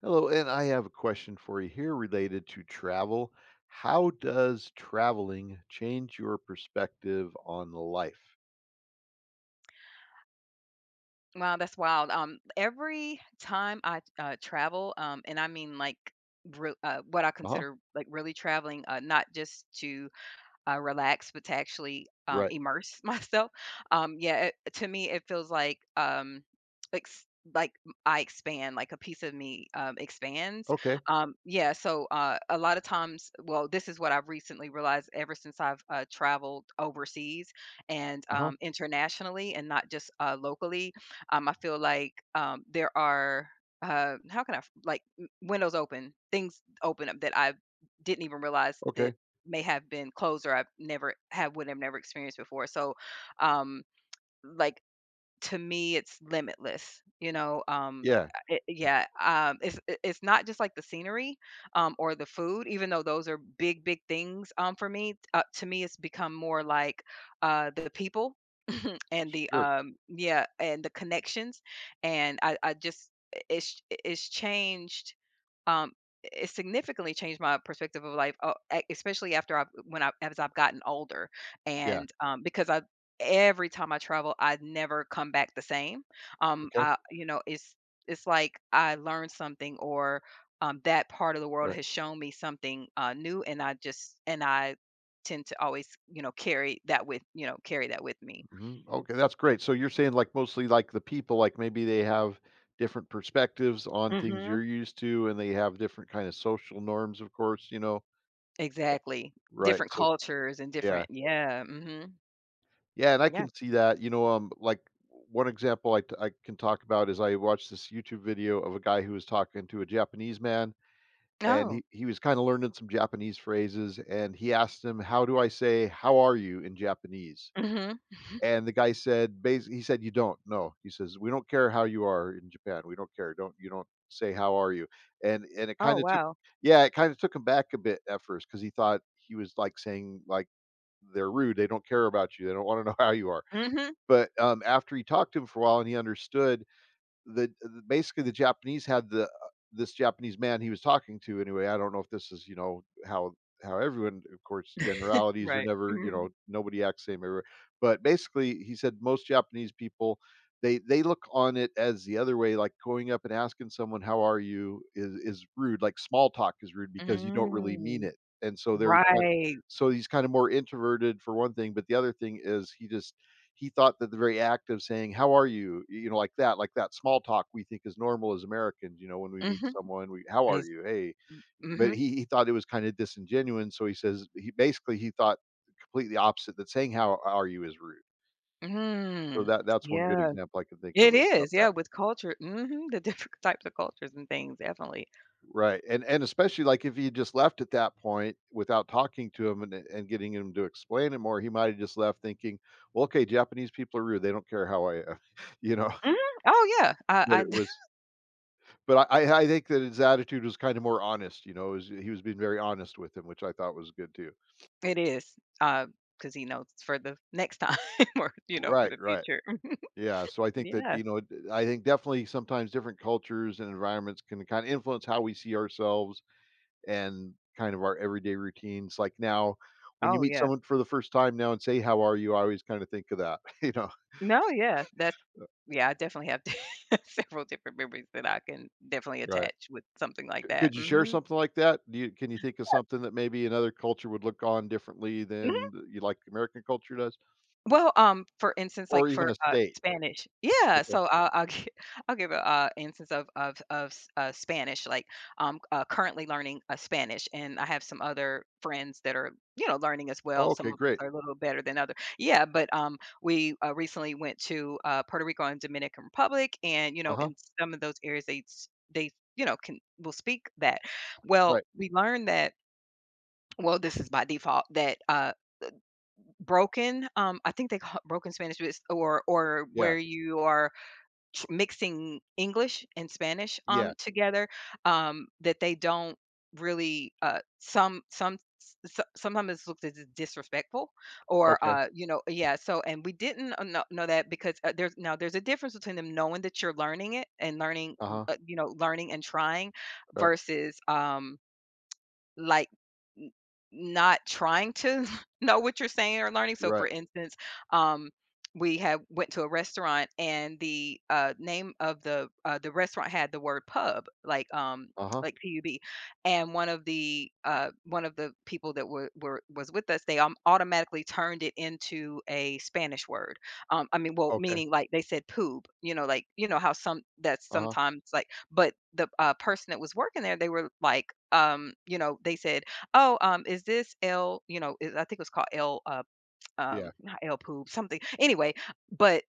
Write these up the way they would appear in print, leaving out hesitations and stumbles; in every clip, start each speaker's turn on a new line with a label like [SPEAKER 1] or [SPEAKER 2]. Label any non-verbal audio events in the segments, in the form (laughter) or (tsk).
[SPEAKER 1] Hello, and I have a question for you here related to travel. How does traveling change your perspective on life?
[SPEAKER 2] Wow, that's wild. Every time I travel, and I mean like what I
[SPEAKER 1] Uh huh.
[SPEAKER 2] consider like really traveling, not just to relax, but to actually
[SPEAKER 1] Right.
[SPEAKER 2] immerse (laughs) myself. Yeah, it, to me, it feels like ex- like I expand, like a piece of me expands.
[SPEAKER 1] Okay.
[SPEAKER 2] A lot of times, well, this is what I've recently realized ever since I've traveled overseas and
[SPEAKER 1] Uh huh.
[SPEAKER 2] internationally, and not just locally. I feel like there are. How can I windows open, things open up that I didn't even realize that
[SPEAKER 1] Okay.
[SPEAKER 2] may have been closed or I've never have would have never experienced before. So, um, like to me, it's limitless.
[SPEAKER 1] Yeah.
[SPEAKER 2] It, it's not just like the scenery or the food, even though those are big big things for me. To me, it's become more like the people and the
[SPEAKER 1] Sure.
[SPEAKER 2] and the connections and I just it's changed, um it significantly changed my perspective of life, especially after I have when I as I've gotten older
[SPEAKER 1] Yeah.
[SPEAKER 2] and because I every time I travel I never come back the same.
[SPEAKER 1] Okay.
[SPEAKER 2] I you know it's like I learned something or that part of the world
[SPEAKER 1] Right.
[SPEAKER 2] has shown me something new, and I just and I tend to always carry that with, carry that with me.
[SPEAKER 1] Okay. That's great. So you're saying, like, mostly like the people, like maybe they have different perspectives on things
[SPEAKER 2] Mhm.
[SPEAKER 1] you're used to and they have different kind of social norms, of course, you know?
[SPEAKER 2] Exactly.
[SPEAKER 1] Right.
[SPEAKER 2] Different
[SPEAKER 1] So,
[SPEAKER 2] cultures and
[SPEAKER 1] yeah.
[SPEAKER 2] different, yeah, mhm.
[SPEAKER 1] Yeah, and I
[SPEAKER 2] Yeah.
[SPEAKER 1] can see that. You know, like one example I can talk about is I watched this YouTube video of a guy who was talking to a Japanese man, and
[SPEAKER 2] No.
[SPEAKER 1] he was kind of learning some Japanese phrases, and he asked him, "How do I say how are you in Japanese?"
[SPEAKER 2] Mhm.
[SPEAKER 1] And the guy said, basically, he said, "You don't. No." He says, "We don't care how you are in Japan. We don't care. Don't You don't say how are you." And it kind
[SPEAKER 2] Oh,
[SPEAKER 1] of took,
[SPEAKER 2] wow.
[SPEAKER 1] yeah, it kind of took him back a bit at first because he thought he was like saying like they're rude. They don't care about you. They don't want to know (laughs) how you are,
[SPEAKER 2] Mhm.
[SPEAKER 1] but, after he talked to him for a while and he understood that the basically the Japanese had the this Japanese man he was talking to anyway. I don't know if this is, you know, how everyone, of course, generalities are
[SPEAKER 2] Right.
[SPEAKER 1] never, you know,
[SPEAKER 2] Mhm.
[SPEAKER 1] nobody acts same everywhere. But basically, he said most Japanese people, they look on it as the other way, like going up and asking someone, "How are you?" Is rude, like small talk is rude because you don't really mean
[SPEAKER 2] Mm.
[SPEAKER 1] it. And so they're kind,
[SPEAKER 2] Right.
[SPEAKER 1] so he's kinda more introverted for one thing, but the other thing is he just he thought that the very act of saying how are you, you know, like that small talk we think is normal as Americans, you know, when we meet
[SPEAKER 2] Mhm.
[SPEAKER 1] someone, we how are
[SPEAKER 2] It's
[SPEAKER 1] you, hey. But
[SPEAKER 2] mhm.
[SPEAKER 1] he thought it was kind of disingenuous, so he says he basically he thought completely opposite, that saying how are you is rude. So
[SPEAKER 2] Mm.
[SPEAKER 1] that's one good
[SPEAKER 2] Yeah.
[SPEAKER 1] example I can think of
[SPEAKER 2] It
[SPEAKER 1] about
[SPEAKER 2] is,
[SPEAKER 1] that.
[SPEAKER 2] yeah, with culture, mhm, the different (laughs) types of cultures and things, definitely.
[SPEAKER 1] Right, and especially like if he just left at that point without talking to him and getting him to explain it more, he might have just left thinking, well, okay, Japanese people are rude, they don't care how I am, (laughs) you know.
[SPEAKER 2] Mhm. Oh, yeah.
[SPEAKER 1] But
[SPEAKER 2] I
[SPEAKER 1] it
[SPEAKER 2] d
[SPEAKER 1] was,
[SPEAKER 2] (laughs)
[SPEAKER 1] but I think that his attitude was kinda more honest, you know, was, he was being very honest with him, which I thought was good too.
[SPEAKER 2] it is. Cause he knows for the next time (laughs) or, for
[SPEAKER 1] Right,
[SPEAKER 2] the
[SPEAKER 1] right.
[SPEAKER 2] future. Mhm.
[SPEAKER 1] Yeah, so I think that,
[SPEAKER 2] Yeah.
[SPEAKER 1] you know, d I think definitely sometimes different cultures and environments can kinda influence how we see ourselves and kind of our everyday routines, like now, when you
[SPEAKER 2] Oh,
[SPEAKER 1] meet
[SPEAKER 2] yeah.
[SPEAKER 1] someone for the first time now and say, "How are you?" I always kinda think of that, (laughs) you know?
[SPEAKER 2] No, yeah. That's, yeah, I definitely have (laughs) several different memories that I can definitely
[SPEAKER 1] Right.
[SPEAKER 2] attach with something
[SPEAKER 1] C
[SPEAKER 2] like that.
[SPEAKER 1] Could you share
[SPEAKER 2] Mhm.
[SPEAKER 1] something like that? Do you Can you think of something that maybe another culture would look on differently than you like American culture does?
[SPEAKER 2] Well, for instance,
[SPEAKER 1] Or
[SPEAKER 2] like
[SPEAKER 1] even
[SPEAKER 2] for,
[SPEAKER 1] a state?
[SPEAKER 2] Spanish, yeah,
[SPEAKER 1] Okay.
[SPEAKER 2] so I'll gi (laughs) I'll give a, instance of s Spanish, like, I'm, currently learning, Spanish, and I have some other friends that are, learning as
[SPEAKER 1] Oh,
[SPEAKER 2] well.
[SPEAKER 1] okay,
[SPEAKER 2] Some of us
[SPEAKER 1] great.
[SPEAKER 2] are a little better than other, yeah, but, we, recently went to, Puerto Rico and Dominican Republic, and,
[SPEAKER 1] Uh-huh,
[SPEAKER 2] in some of those areas, they, can will speak that. Well,
[SPEAKER 1] right,
[SPEAKER 2] we learned that, well, this is by default, that, broken, I think they call it broken Spanish, but it's, or
[SPEAKER 1] yeah,
[SPEAKER 2] where you are tr mixing English and Spanish,
[SPEAKER 1] yeah,
[SPEAKER 2] together, that they don't really, some s so sometimes it's looked as disrespectful or,
[SPEAKER 1] okay,
[SPEAKER 2] you know, yeah, so and we didn't, know that because, there's a difference between them knowing that you're learning it and learning,
[SPEAKER 1] uh-huh,
[SPEAKER 2] you know, learning and trying
[SPEAKER 1] right,
[SPEAKER 2] versus, like not trying to (laughs) know what you're saying or learning. So
[SPEAKER 1] right,
[SPEAKER 2] for instance, um, we had went to a restaurant, and the name of the restaurant had the word pub, like um
[SPEAKER 1] uh-huh,
[SPEAKER 2] like pub, and one of the people that were was with us, they automatically turned it into a Spanish word. I mean, well,
[SPEAKER 1] okay,
[SPEAKER 2] meaning like they said poob, you know, like you know how some that's
[SPEAKER 1] uh-huh,
[SPEAKER 2] sometimes like. But the person that was working there, they were like, you know, they said, oh, is this L, you know, is, I think it was called L, (tsk)
[SPEAKER 1] yeah,
[SPEAKER 2] not L poop, something. Anyway, but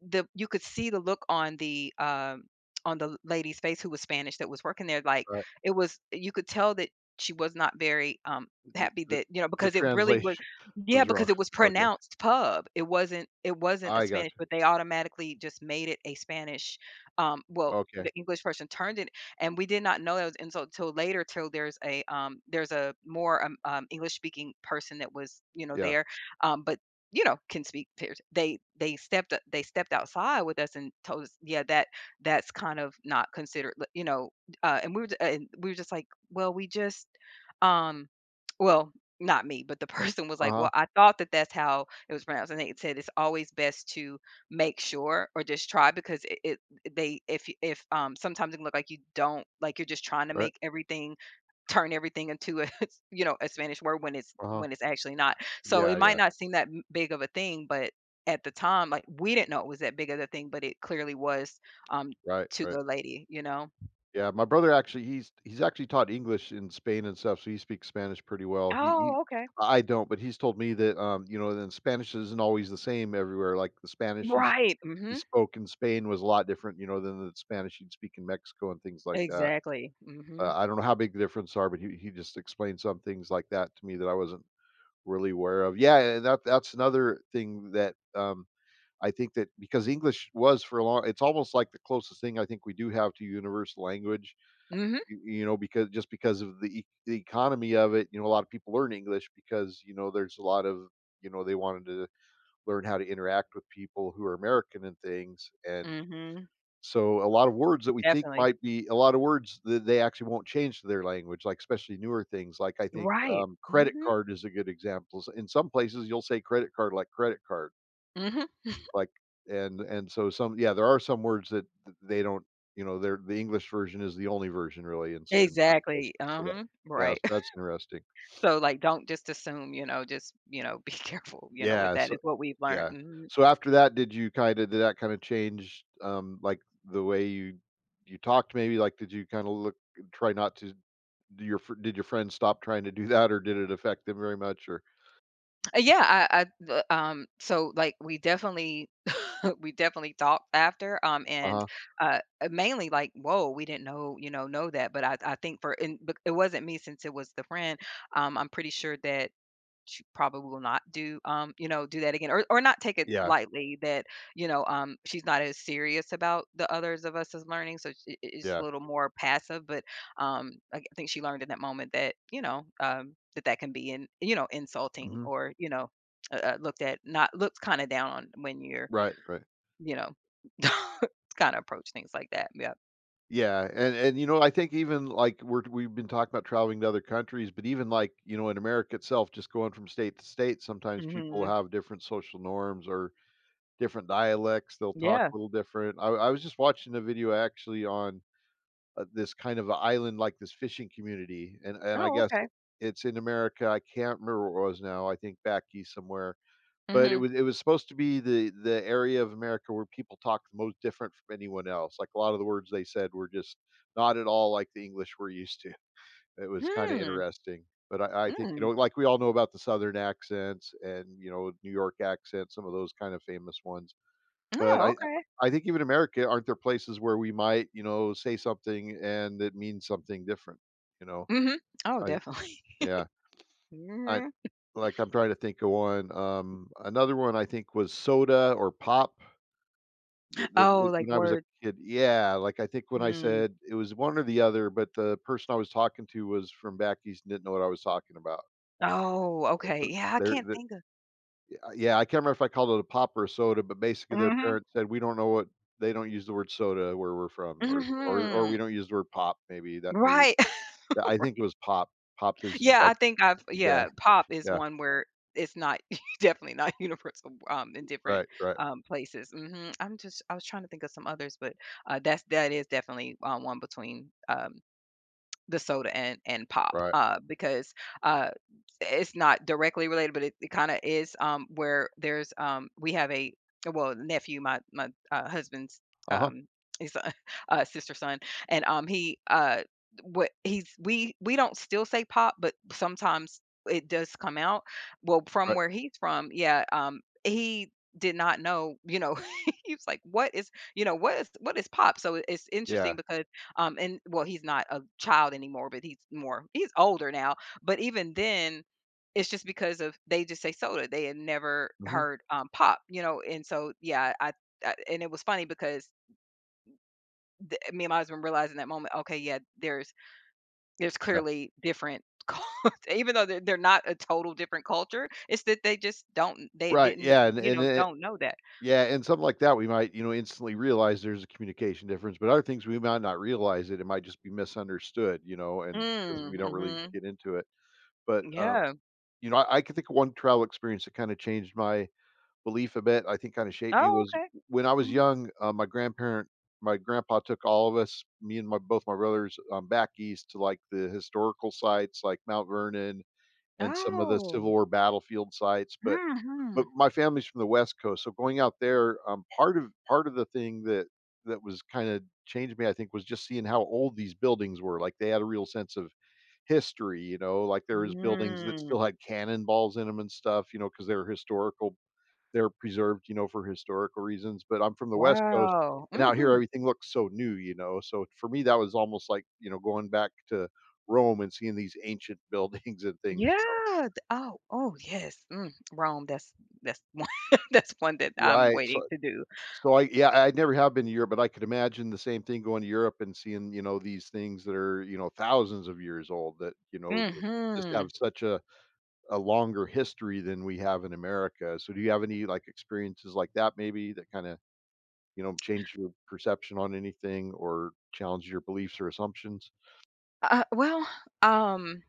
[SPEAKER 2] the you could see the look on the lady's face who was Spanish that was working there, like,
[SPEAKER 1] right.
[SPEAKER 2] it was, you could tell that she was not very,
[SPEAKER 1] The
[SPEAKER 2] happy,
[SPEAKER 1] the
[SPEAKER 2] that, you know,
[SPEAKER 1] the
[SPEAKER 2] because it really was,
[SPEAKER 1] translation (laughs)
[SPEAKER 2] yeah,
[SPEAKER 1] was wrong.
[SPEAKER 2] because it was
[SPEAKER 1] Okay,
[SPEAKER 2] pronounced pub. It wasn't a
[SPEAKER 1] I got
[SPEAKER 2] Spanish,
[SPEAKER 1] you.
[SPEAKER 2] but they automatically just made it a Spanish, well,
[SPEAKER 1] Okay,
[SPEAKER 2] the English person turned it, and we did not know that was insult till later, till there's a, more, English speaking person that was, you know,
[SPEAKER 1] yeah,
[SPEAKER 2] there, but you know, can speak pairs. They stepped they stepped outside with us and told us, yeah, that that's kind of not considered, you know. And we were just like, well, we just, um, well, not me, but the (laughs) person was like,
[SPEAKER 1] uh-huh,
[SPEAKER 2] well, I thought that that's how it was pronounced, and they said it's always best to make sure or just try because it, they if you- if sometimes it can look like you don't like you're just trying to
[SPEAKER 1] right,
[SPEAKER 2] make everything turn everything into a (laughs) you know a Spanish word when
[SPEAKER 1] uh-huh,
[SPEAKER 2] it's actually not. So
[SPEAKER 1] yeah,
[SPEAKER 2] it might
[SPEAKER 1] yeah,
[SPEAKER 2] not seem that big of a thing, but at the time, like we didn't know it was that big of a thing, but it clearly was, um,
[SPEAKER 1] right,
[SPEAKER 2] to
[SPEAKER 1] right.
[SPEAKER 2] the lady, you know.
[SPEAKER 1] Yeah, my brother actually, he's actually taught English in Spain and stuff, so he speaks Spanish pretty well. He,
[SPEAKER 2] Oh, okay.
[SPEAKER 1] I don't, but he's told me that, you know, then Spanish isn't always the same everywhere, like the Spanish
[SPEAKER 2] Right.
[SPEAKER 1] he
[SPEAKER 2] Hmm.
[SPEAKER 1] spoke in Spain was a lot different, you know, than the Spanish he'd speak in Mexico and things like that.
[SPEAKER 2] Exactly. Hmm.
[SPEAKER 1] I don't know how big the difference are, but he just explained some things like that to me that I wasn't really aware of. Yeah, and that that's another thing that, I think that because English was for a long, it's almost like the closest thing I think we do have to universal language.
[SPEAKER 2] Hmm.
[SPEAKER 1] You know, because just because of the the economy of it, you know, a lot of people learn English because, you know, there's a lot of, you know, they wanted to learn how to interact with people who are American and things. And
[SPEAKER 2] Hmm.
[SPEAKER 1] so a lot of words that we think
[SPEAKER 2] Definitely.
[SPEAKER 1] might be, a lot of words that they actually won't change to their language, like especially newer things. Like I think,
[SPEAKER 2] Right.
[SPEAKER 1] credit
[SPEAKER 2] Hmm.
[SPEAKER 1] card is a good example. In some places, you'll say credit card like credit card,
[SPEAKER 2] Hmm.
[SPEAKER 1] like, and so some, yeah, there are some words that they don't, you know, they're, the English version is the only version really in in certain places.
[SPEAKER 2] Exactly.
[SPEAKER 1] So that, yeah,
[SPEAKER 2] Right.
[SPEAKER 1] so
[SPEAKER 2] (laughs)
[SPEAKER 1] that's interesting.
[SPEAKER 2] So like don't just assume, you know, just, you know, be (laughs) careful, you know, with
[SPEAKER 1] Yeah.
[SPEAKER 2] that is what we've learned.
[SPEAKER 1] Yeah.
[SPEAKER 2] Mhm.
[SPEAKER 1] So after that, did you kinda, did that kinda change, like, the way you you talked maybe? Like, did you kinda look, try not to, do your fr, did your friends stop trying to do that, or did it affect them very much, or?
[SPEAKER 2] Yeah, I the, so like we definitely (laughs) we definitely talked after, and
[SPEAKER 1] Uh-huh.
[SPEAKER 2] mainly like, whoa, we didn't know, you know that. But I think for, and it wasn't me since it was the friend. I'm pretty sure that she probably will not do, you know, do that again, or not take it
[SPEAKER 1] Yeah,
[SPEAKER 2] lightly that, you know, she's not as serious about the others of us as learning, so it's a
[SPEAKER 1] yeah.
[SPEAKER 2] little more passive. But I think she learned in that moment that, you know, that that can be in, you know, insulting,
[SPEAKER 1] Mhm.
[SPEAKER 2] or you know, looked at, not looked kind of down on when you're,
[SPEAKER 1] Right, right.
[SPEAKER 2] you know, (laughs) kinda approach things like that. Yeah.
[SPEAKER 1] Yeah, and, you know, I think even, like, we're, we've been talking about traveling to other countries, but even, like, you know, in America itself, just going from state to state, sometimes people
[SPEAKER 2] Mhm.
[SPEAKER 1] have different social norms or different dialects. They'll talk
[SPEAKER 2] Yeah.
[SPEAKER 1] a little different. I was just watching a video actually on, this kind of island, like this fishing community, and I
[SPEAKER 2] Oh,
[SPEAKER 1] guess
[SPEAKER 2] okay.
[SPEAKER 1] it- it's in America. I can't remember where it was now. I think back east somewhere, but it
[SPEAKER 2] Mhm.
[SPEAKER 1] was, it was supposed to be the area of America where people talk the most different from anyone else. Like a lot of the words they said were just not at all like the English we're used to. It was kind of
[SPEAKER 2] Hmm.
[SPEAKER 1] interesting. But I think you
[SPEAKER 2] Mm.
[SPEAKER 1] know, like we all know about the Southern accents and you know New York accent, some of those kind of famous ones. But
[SPEAKER 2] Oh, okay.
[SPEAKER 1] I think even in America, aren't there places where we might, you know, say something and it means something different, you know?
[SPEAKER 2] Mhm. Oh,
[SPEAKER 1] I,
[SPEAKER 2] definitely.
[SPEAKER 1] yeah.
[SPEAKER 2] (laughs)
[SPEAKER 1] I,
[SPEAKER 2] Mhm.
[SPEAKER 1] like, I'm trying to think of one, another one I think was soda or pop, th th
[SPEAKER 2] Oh,
[SPEAKER 1] th
[SPEAKER 2] like
[SPEAKER 1] when I was a
[SPEAKER 2] word
[SPEAKER 1] kid. Yeah, like, I think when I
[SPEAKER 2] mm.
[SPEAKER 1] said it was one or the other, but the person I was talking to was from back east and didn't know what I was talking about,
[SPEAKER 2] Oh,
[SPEAKER 1] and
[SPEAKER 2] okay.
[SPEAKER 1] so
[SPEAKER 2] Yeah, I
[SPEAKER 1] there,
[SPEAKER 2] can't think of
[SPEAKER 1] uh, yeah, I can't remember if I called it a pop or a soda, but basically their
[SPEAKER 2] mhm.
[SPEAKER 1] parents said, "We don't know what, they don't use the word soda where we're from, or we
[SPEAKER 2] Mhm.
[SPEAKER 1] don't use the word pop." Maybe that, maybe,
[SPEAKER 2] Right.
[SPEAKER 1] yeah, I
[SPEAKER 2] (laughs)
[SPEAKER 1] think it
[SPEAKER 2] Ri,
[SPEAKER 1] was pop. Pop is
[SPEAKER 2] yeah,
[SPEAKER 1] like,
[SPEAKER 2] I think I've,
[SPEAKER 1] yeah,
[SPEAKER 2] yeah, pop is
[SPEAKER 1] yeah,
[SPEAKER 2] one where it's not (laughs) definitely not universal, in different,
[SPEAKER 1] right, right,
[SPEAKER 2] places. Mhm. I'm just I was trying to think of some others, but, that is definitely, one between, the soda and pop,
[SPEAKER 1] right.
[SPEAKER 2] because uh, it's not directly related, but it kind of is. Where there's, we have a, well, nephew, my husband's,
[SPEAKER 1] Uh huh.
[SPEAKER 2] um, his (laughs) sister son, and he what he's, we don't still say pop, but sometimes it does come out. Well, from
[SPEAKER 1] Right.
[SPEAKER 2] where he's from, yeah, he did not know, you know, (laughs) he was like, what is, you know, what is pop? So it's interesting
[SPEAKER 1] Yeah.
[SPEAKER 2] because, and well, he's not a child anymore, but he's more, he's older now. But even then, it's just because of they just say soda. They had never
[SPEAKER 1] hmm
[SPEAKER 2] heard, pop, you know, and so, yeah, I, and it was funny because the me and my husband realized in that moment, okay, yeah, there's
[SPEAKER 1] Yeah.
[SPEAKER 2] clearly different (laughs) cult, even though they're not a total different culture, it's that they just don't they
[SPEAKER 1] Right.
[SPEAKER 2] didn't,
[SPEAKER 1] Yeah.
[SPEAKER 2] you
[SPEAKER 1] And
[SPEAKER 2] know,
[SPEAKER 1] it,
[SPEAKER 2] don't know that.
[SPEAKER 1] yeah, and something like that, we might you know instantly realize there's a communication difference, but other things we might not realize it. It might just be misunderstood, you know, and because
[SPEAKER 2] Mm,
[SPEAKER 1] we don't really
[SPEAKER 2] mhm.
[SPEAKER 1] get into it. But
[SPEAKER 2] Yeah.
[SPEAKER 1] you know, I can think of one travel experience that kind of changed my belief a bit, I think kinda shaped me,
[SPEAKER 2] Oh,
[SPEAKER 1] was
[SPEAKER 2] okay.
[SPEAKER 1] when I was
[SPEAKER 2] Mhm.
[SPEAKER 1] young, my grandparent, my grandpa took all of us, me and my both my brothers, back east to, like, the historical sites, like Mount Vernon and some of the Civil
[SPEAKER 2] Oh.
[SPEAKER 1] War battlefield sites, but
[SPEAKER 2] Mhm.
[SPEAKER 1] my family's from the West Coast, so going out there, part of the thing that that was kinda changed me, I think, was just seeing how old these buildings were, like, they had a real sense of history, you know, like, there was buildings that
[SPEAKER 2] Mm.
[SPEAKER 1] still had cannonballs in them and stuff, you know, because they were historical, they're preserved, you know, for historical reasons, but I'm from the West Coast,
[SPEAKER 2] Wow.
[SPEAKER 1] and out here,
[SPEAKER 2] Mhm.
[SPEAKER 1] everything looks so new, you know, so for me, that was almost like, you know, going back to Rome and seeing these ancient (laughs) buildings and things,
[SPEAKER 2] Yeah.
[SPEAKER 1] you know.
[SPEAKER 2] Oh, oh yes. Mm, Rome. That's (laughs) one. That's one that I'm
[SPEAKER 1] Right,
[SPEAKER 2] waiting
[SPEAKER 1] so
[SPEAKER 2] to do.
[SPEAKER 1] so I, yeah, I never have been to Europe, but I could imagine the same thing going to Europe and seeing, you know, these things that are, you know, thousands of years old that, you know, it just have
[SPEAKER 2] Hmm.
[SPEAKER 1] such a longer history than we have in America, so do you have any, like, experiences like that maybe that kinda, you know, change your perception on anything or challenge your beliefs or assumptions?
[SPEAKER 2] Well, um,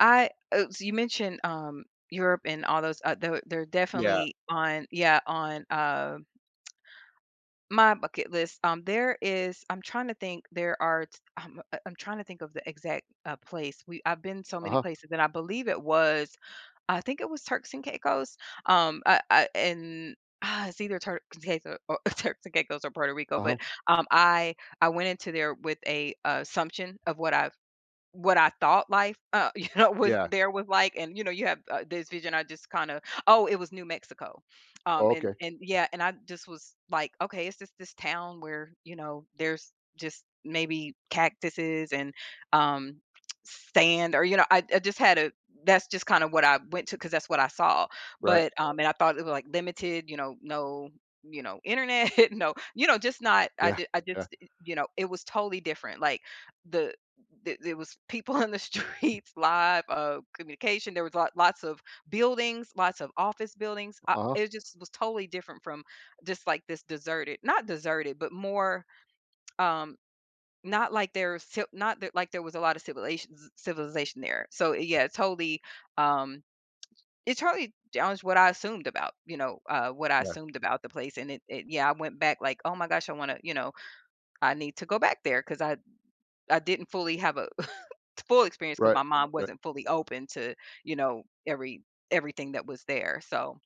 [SPEAKER 2] I so you mentioned Europe and all those. They're
[SPEAKER 1] Yeah.
[SPEAKER 2] definitely on. Yeah, on my bucket list. There is. I'm trying to think. There are. I'm trying to think of the exact place. We, I've been so many
[SPEAKER 1] Uh-huh,
[SPEAKER 2] places, and I believe it was, I think it was Turks and Caicos, um, I I and, it's either Turks and Caicos or (laughs) Turks and Caicos or Puerto Rico,
[SPEAKER 1] uh-huh.
[SPEAKER 2] but, um, I I went into there with a assumption of what I thought life, (laughs) you know, was,
[SPEAKER 1] Yeah.
[SPEAKER 2] there was like, and you know, you have this vision. I just kind of, oh, it was New Mexico,
[SPEAKER 1] Oh,
[SPEAKER 2] and
[SPEAKER 1] okay.
[SPEAKER 2] and yeah, and I just was like, okay, it's just this town where you know there's just maybe cactuses and um, sand, or you know, I just had a, that's just kind of what I went to because that's what I saw.
[SPEAKER 1] Right.
[SPEAKER 2] But and I thought it was like limited, you know, no, you know, internet, (laughs) no, you know, just not. I
[SPEAKER 1] Yeah,
[SPEAKER 2] did, I
[SPEAKER 1] yeah.
[SPEAKER 2] just, you know, it was totally different. Like the there was people in the streets, live communication. There was lots of buildings, lots of office buildings.
[SPEAKER 1] Uh-huh.
[SPEAKER 2] It just was totally different from just like this deserted, not deserted, but more, um, not like there's not that like there was a lot of civilization there. So yeah, totally, um, it totally challenged what I assumed about, you know, what I
[SPEAKER 1] Yeah.
[SPEAKER 2] assumed about the place. And it, yeah, I went back like, oh my gosh, I want to, you know, I need to go back there because I didn't fully have a full experience because
[SPEAKER 1] Right,
[SPEAKER 2] my mom
[SPEAKER 1] right.
[SPEAKER 2] wasn't fully open to, you know, everything that was there. So,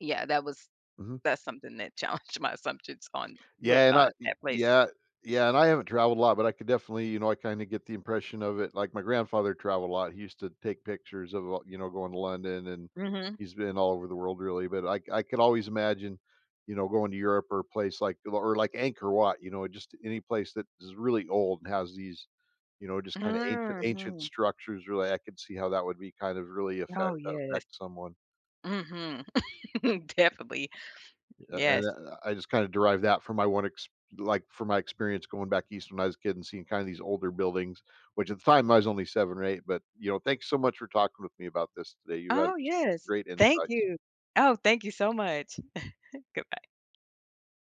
[SPEAKER 2] yeah, that was,
[SPEAKER 1] Mhm.
[SPEAKER 2] that's something that (laughs) challenged my assumptions on with,
[SPEAKER 1] Yeah, and I y
[SPEAKER 2] that place.
[SPEAKER 1] yeah, yeah, and I haven't traveled a lot, but I could definitely, you know, I kinda get the impression of it. Like, my grandfather traveled a lot. He used to take pictures of, you know, going to London, and
[SPEAKER 2] Mhm.
[SPEAKER 1] he's been all over the world, really, but I could always imagine, you know, going to Europe or a place like, or like Angkor Wat, you know, just any place that is really old and has these, you know, just kinda ancient ancient
[SPEAKER 2] Mhm.
[SPEAKER 1] structures, really, I could see how that would be kind of really affect
[SPEAKER 2] Oh, yes.
[SPEAKER 1] affect someone.
[SPEAKER 2] Mhm. (laughs) Definitely.
[SPEAKER 1] Yeah, and
[SPEAKER 2] Yes.
[SPEAKER 1] then I just kinda derived that from my one ex like, from my experience going back east when I was a kid and seeing kinda these older buildings, which at the time I was only 7 or 8, but, you know, thanks so much for talking with me about this today. You have had
[SPEAKER 2] Oh, yes.
[SPEAKER 1] great
[SPEAKER 2] Thank
[SPEAKER 1] insights.
[SPEAKER 2] you. Oh, thank you so much.